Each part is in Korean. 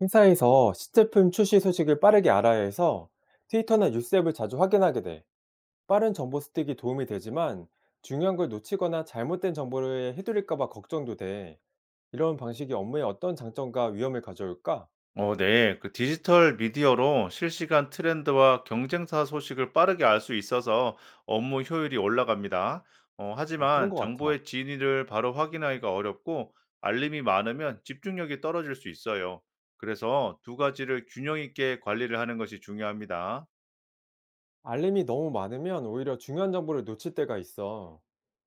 회사에서 신제품 출시 소식을 빠르게 알아야 해서 트위터나 뉴스앱을 자주 확인하게 돼. 빠른 정보 스틱이 도움이 되지만 중요한 걸 놓치거나 잘못된 정보를 해드릴까봐 걱정도 돼. 이런 방식이 업무에 어떤 장점과 위험을 가져올까? 네. 그 디지털 미디어로 실시간 트렌드와 경쟁사 소식을 빠르게 알 수 있어서 업무 효율이 올라갑니다. 그런 하지만 것 같아. 정보의 진위를 바로 확인하기가 어렵고 알림이 많으면 집중력이 떨어질 수 있어요. 그래서 두 가지를 균형 있게 관리를 하는 것이 중요합니다. 알림이 너무 많으면 오히려 중요한 정보를 놓칠 때가 있어.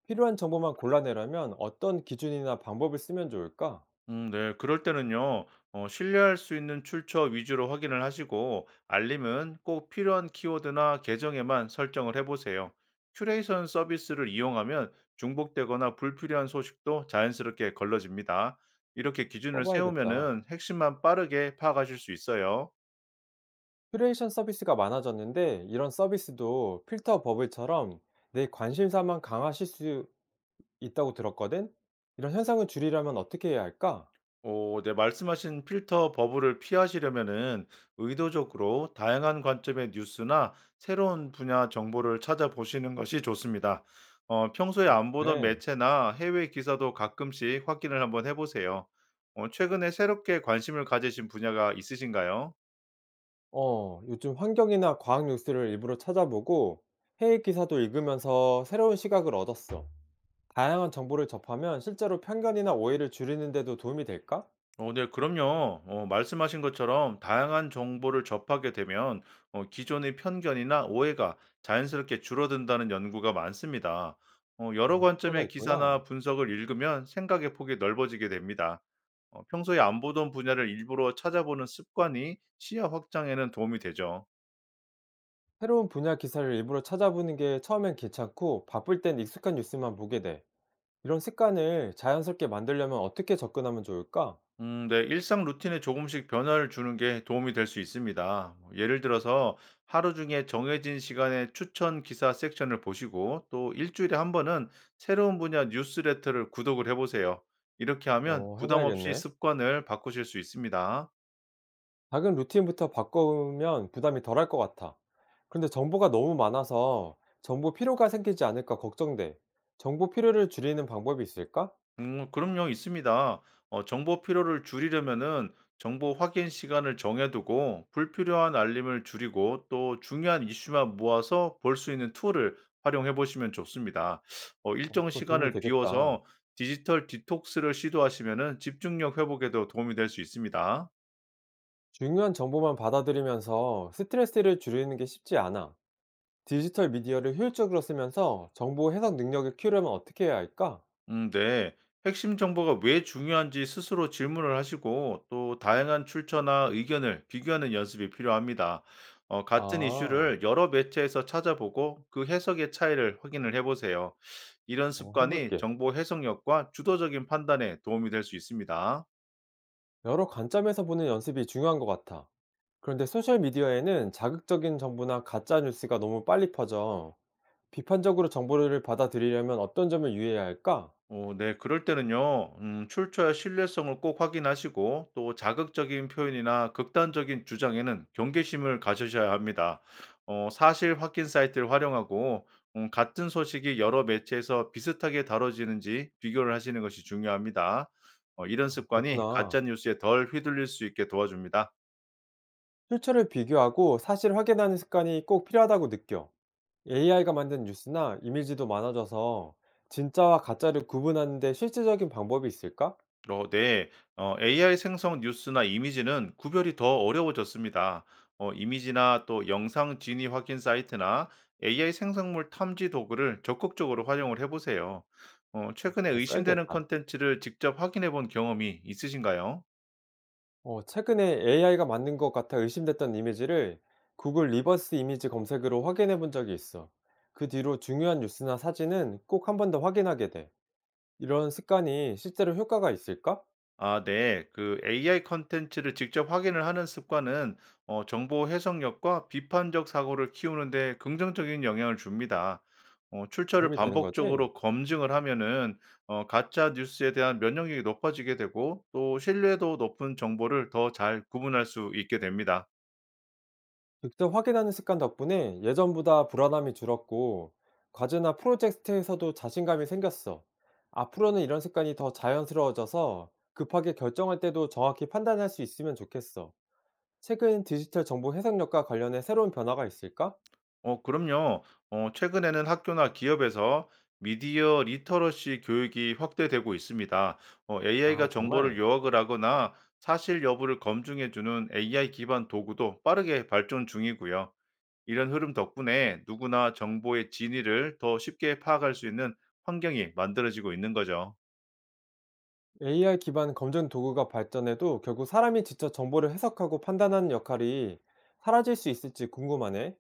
필요한 정보만 골라내려면 어떤 기준이나 방법을 쓰면 좋을까? 네. 그럴 때는요, 신뢰할 수 있는 출처 위주로 확인을 하시고, 알림은 꼭 필요한 키워드나 계정에만 설정을 해보세요. 큐레이션 서비스를 이용하면 중복되거나 불필요한 소식도 자연스럽게 걸러집니다. 이렇게 기준을 써봐야겠다. 세우면은 핵심만 빠르게 파악하실 수 있어요. 큐레이션 서비스가 많아졌는데 이런 서비스도 필터 버블처럼 내 관심사만 강화하실 수 있다고 들었거든? 이런 현상을 줄이려면 어떻게 해야 할까? 네, 말씀하신 필터 버블을 피하시려면은 의도적으로 다양한 관점의 뉴스나 새로운 분야 정보를 찾아보시는 것이 좋습니다. 평소에 안 보던 네, 매체나 해외 기사도 가끔씩 확인을 한번 해 보세요. 최근에 새롭게 관심을 가지신 분야가 있으신가요? 요즘 환경이나 과학 뉴스를 일부러 찾아보고 해외 기사도 읽으면서 새로운 시각을 얻었어. 다양한 정보를 접하면 실제로 편견이나 오해를 줄이는데도 도움이 될까? 네, 그럼요. 말씀하신 것처럼 다양한 정보를 접하게 되면 기존의 편견이나 오해가 자연스럽게 줄어든다는 연구가 많습니다. 여러 아, 효과가 관점의 기사나 있구나. 분석을 읽으면 생각의 폭이 넓어지게 됩니다. 평소에 안 보던 분야를 일부러 찾아보는 습관이 시야 확장에는 도움이 되죠. 새로운 분야 기사를 일부러 찾아보는 게 처음엔 괜찮고 바쁠 땐 익숙한 뉴스만 보게 돼. 이런 습관을 자연스럽게 만들려면 어떻게 접근하면 좋을까? 네. 일상 루틴에 조금씩 변화를 주는 게 도움이 될 수 있습니다. 뭐 예를 들어서 하루 중에 정해진 시간에 추천 기사 섹션을 보시고 또 일주일에 한 번은 새로운 분야 뉴스레터를 구독을 해보세요. 이렇게 하면 부담 없이 해봐야겠네. 습관을 바꾸실 수 있습니다. 작은 루틴부터 바꾸면 부담이 덜할 것 같아. 그런데 정보가 너무 많아서 정보 피로가 생기지 않을까 걱정돼. 정보 피로를 줄이는 방법이 있을까? 그럼요. 있습니다. 정보 피로를 줄이려면은 정보 확인 시간을 정해 두고 불필요한 알림을 줄이고 또 중요한 이슈만 모아서 볼 수 있는 툴을 활용해 보시면 좋습니다. 일정 그거 도움이 시간을 되겠다. 비워서 디지털 디톡스를 시도하시면은 집중력 회복에도 도움이 될 수 있습니다. 중요한 정보만 받아들이면서 스트레스를 줄이는 게 쉽지 않아. 디지털 미디어를 효율적으로 쓰면서 정보 해석 능력을 키우려면 어떻게 해야 할까? 네. 핵심 정보가 왜 중요한지 스스로 질문을 하시고 또 다양한 출처나 의견을 비교하는 연습이 필요합니다. 같은 아, 이슈를 여러 매체에서 찾아보고 그 해석의 차이를 확인을 해보세요. 이런 습관이 해볼게. 정보 해석력과 주도적인 판단에 도움이 될 수 있습니다. 여러 관점에서 보는 연습이 중요한 것 같아. 그런데 소셜미디어에는 자극적인 정보나 가짜 뉴스가 너무 빨리 퍼져 비판적으로 정보를 받아들이려면 어떤 점을 유의해야 할까? 네. 그럴 때는요, 출처와 신뢰성을 꼭 확인하시고, 또 자극적인 표현이나 극단적인 주장에는 경계심을 가지셔야 합니다. 사실 확인 사이트를 활용하고, 같은 소식이 여러 매체에서 비슷하게 다뤄지는지 비교를 하시는 것이 중요합니다. 이런 아, 습관이 그렇구나. 가짜 뉴스에 덜 휘둘릴 수 있게 도와줍니다. 출처를 비교하고 사실 확인하는 습관이 꼭 필요하다고 느껴. AI가 만든 뉴스나 이미지도 많아져서 진짜와 가짜를 구분하는데 실질적인 방법이 있을까? 네. AI 생성 뉴스나 이미지는 구별이 더 어려워졌습니다. 이미지나 또 영상 진위 확인 사이트나 AI 생성물 탐지 도구를 적극적으로 활용을 해보세요. 최근에 잘 의심되는 써야겠다. 컨텐츠를 직접 확인해 본 경험이 있으신가요? 최근에 AI가 맞는 것 같아 의심됐던 이미지를 구글 리버스 이미지 검색으로 확인해 본 적이 있어. 그 뒤로 중요한 뉴스나 사진은 꼭 한 번 더 확인하게 돼. 이런 습관이 실제로 효과가 있을까? 아, 네. 그 AI 컨텐츠를 직접 확인을 하는 습관은 정보 해석력과 비판적 사고를 키우는 데 긍정적인 영향을 줍니다. 출처를 도움이 되는 거지? 반복적으로 검증을 하면은 가짜 뉴스에 대한 면역력이 높아지게 되고 또 신뢰도 높은 정보를 더 잘 구분할 수 있게 됩니다. 직접 확인하는 습관 덕분에 예전보다 불안함이 줄었고, 과제나 프로젝트에서도 자신감이 생겼어. 앞으로는 이런 습관이 더 자연스러워져서 급하게 결정할 때도 정확히 판단할 수 있으면 좋겠어. 최근 디지털 정보 해석력과 관련해 새로운 변화가 있을까? 그럼요. 최근에는 학교나 기업에서 미디어 리터러시 교육이 확대되고 있습니다. 아 AI가 정보를 정말? 요약을 하거나 사실 여부를 검증해주는 AI 기반 도구도 빠르게 발전 중이고요. 이런 흐름 덕분에 누구나 정보의 진위를 더 쉽게 파악할 수 있는 환경이 만들어지고 있는 거죠. AI 기반 검증 도구가 발전해도 결국 사람이 직접 정보를 해석하고 판단하는 역할이 사라질 수 있을지 궁금하네.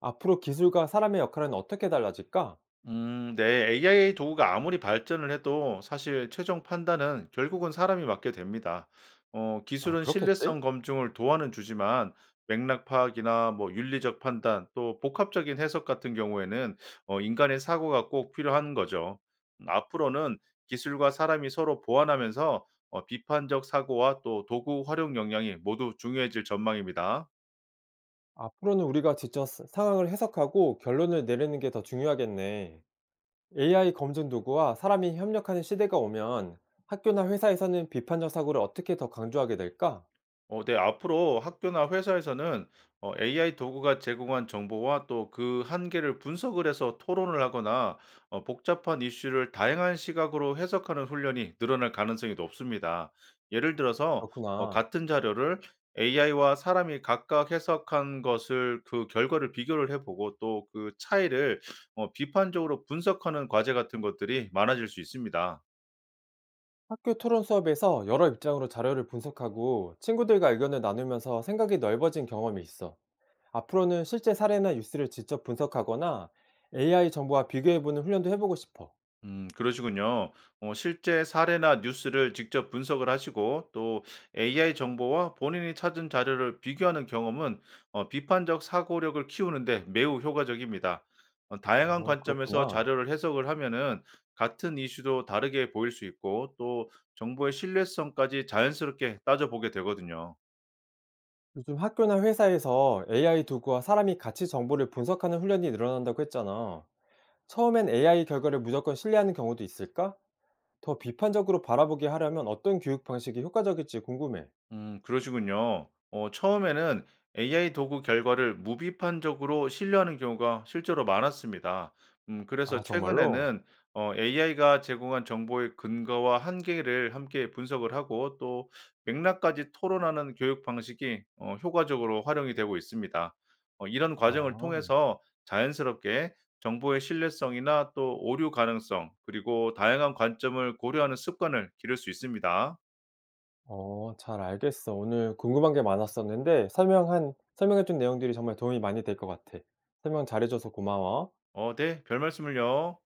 앞으로 기술과 사람의 역할은 어떻게 달라질까? 네. AI 도구가 아무리 발전을 해도 사실 최종 판단은 결국은 사람이 맡게 됩니다. 아, 기술은 그렇겠지? 신뢰성 검증을 도와는 주지만 맥락 파악이나 뭐 윤리적 판단 또 복합적인 해석 같은 경우에는 인간의 사고가 꼭 필요한 거죠. 앞으로는 기술과 사람이 서로 보완하면서 비판적 사고와 또 도구 활용 역량이 모두 중요해질 전망입니다. 앞으로는 우리가 직접 상황을 해석하고 결론을 내리는 게 더 중요하겠네. AI 검증 도구와 사람이 협력하는 시대가 오면 학교나 회사에서는 비판적 사고를 어떻게 더 강조하게 될까? 네. 앞으로 학교나 회사에서는 AI 도구가 제공한 정보와 또 그 한계를 분석을 해서 토론을 하거나 복잡한 이슈를 다양한 시각으로 해석하는 훈련이 늘어날 가능성이 높습니다. 예를 들어서 그렇구나. 같은 자료를 AI와 사람이 각각 해석한 것을 그 결과를 비교를 해 보고 또 그 차이를 비판적으로 분석하는 과제 같은 것들이 많아질 수 있습니다. 학교 토론 수업에서 여러 입장으로 자료를 분석하고 친구들과 의견을 나누면서 생각이 넓어진 경험이 있어. 앞으로는 실제 사례나 뉴스를 직접 분석하거나 AI 정보와 비교해보는 훈련도 해보고 싶어. 그러시군요. 실제 사례나 뉴스를 직접 분석을 하시고 또 AI 정보와 본인이 찾은 자료를 비교하는 경험은 비판적 사고력을 키우는데 매우 효과적입니다. 다양한 관점에서 그렇구나. 자료를 해석을 하면은 같은 이슈도 다르게 보일 수 있고 또 정보의 신뢰성까지 자연스럽게 따져보게 되거든요. 요즘 학교나 회사에서 AI 도구와 사람이 같이 정보를 분석하는 훈련이 늘어난다고 했잖아. 처음엔 AI 결과를 무조건 신뢰하는 경우도 있을까? 더 비판적으로 바라보게 하려면 어떤 교육 방식이 효과적일지 궁금해. 그러시군요. 처음에는 AI 도구 결과를 무비판적으로 신뢰하는 경우가 실제로 많았습니다. 그래서 아, 정말로? 최근에는 AI가 제공한 정보의 근거와 한계를 함께 분석을 하고 또 맥락까지 토론하는 교육 방식이 효과적으로 활용이 되고 있습니다. 이런 과정을 아. 통해서 자연스럽게 정보의 신뢰성이나 또 오류 가능성, 그리고 다양한 관점을 고려하는 습관을 기를 수 있습니다. 잘 알겠어. 오늘 궁금한 게 많았었는데 설명한 설명해 준 내용들이 정말 도움이 많이 될 것 같아. 설명 잘해 줘서 고마워. 네, 별 말씀을요.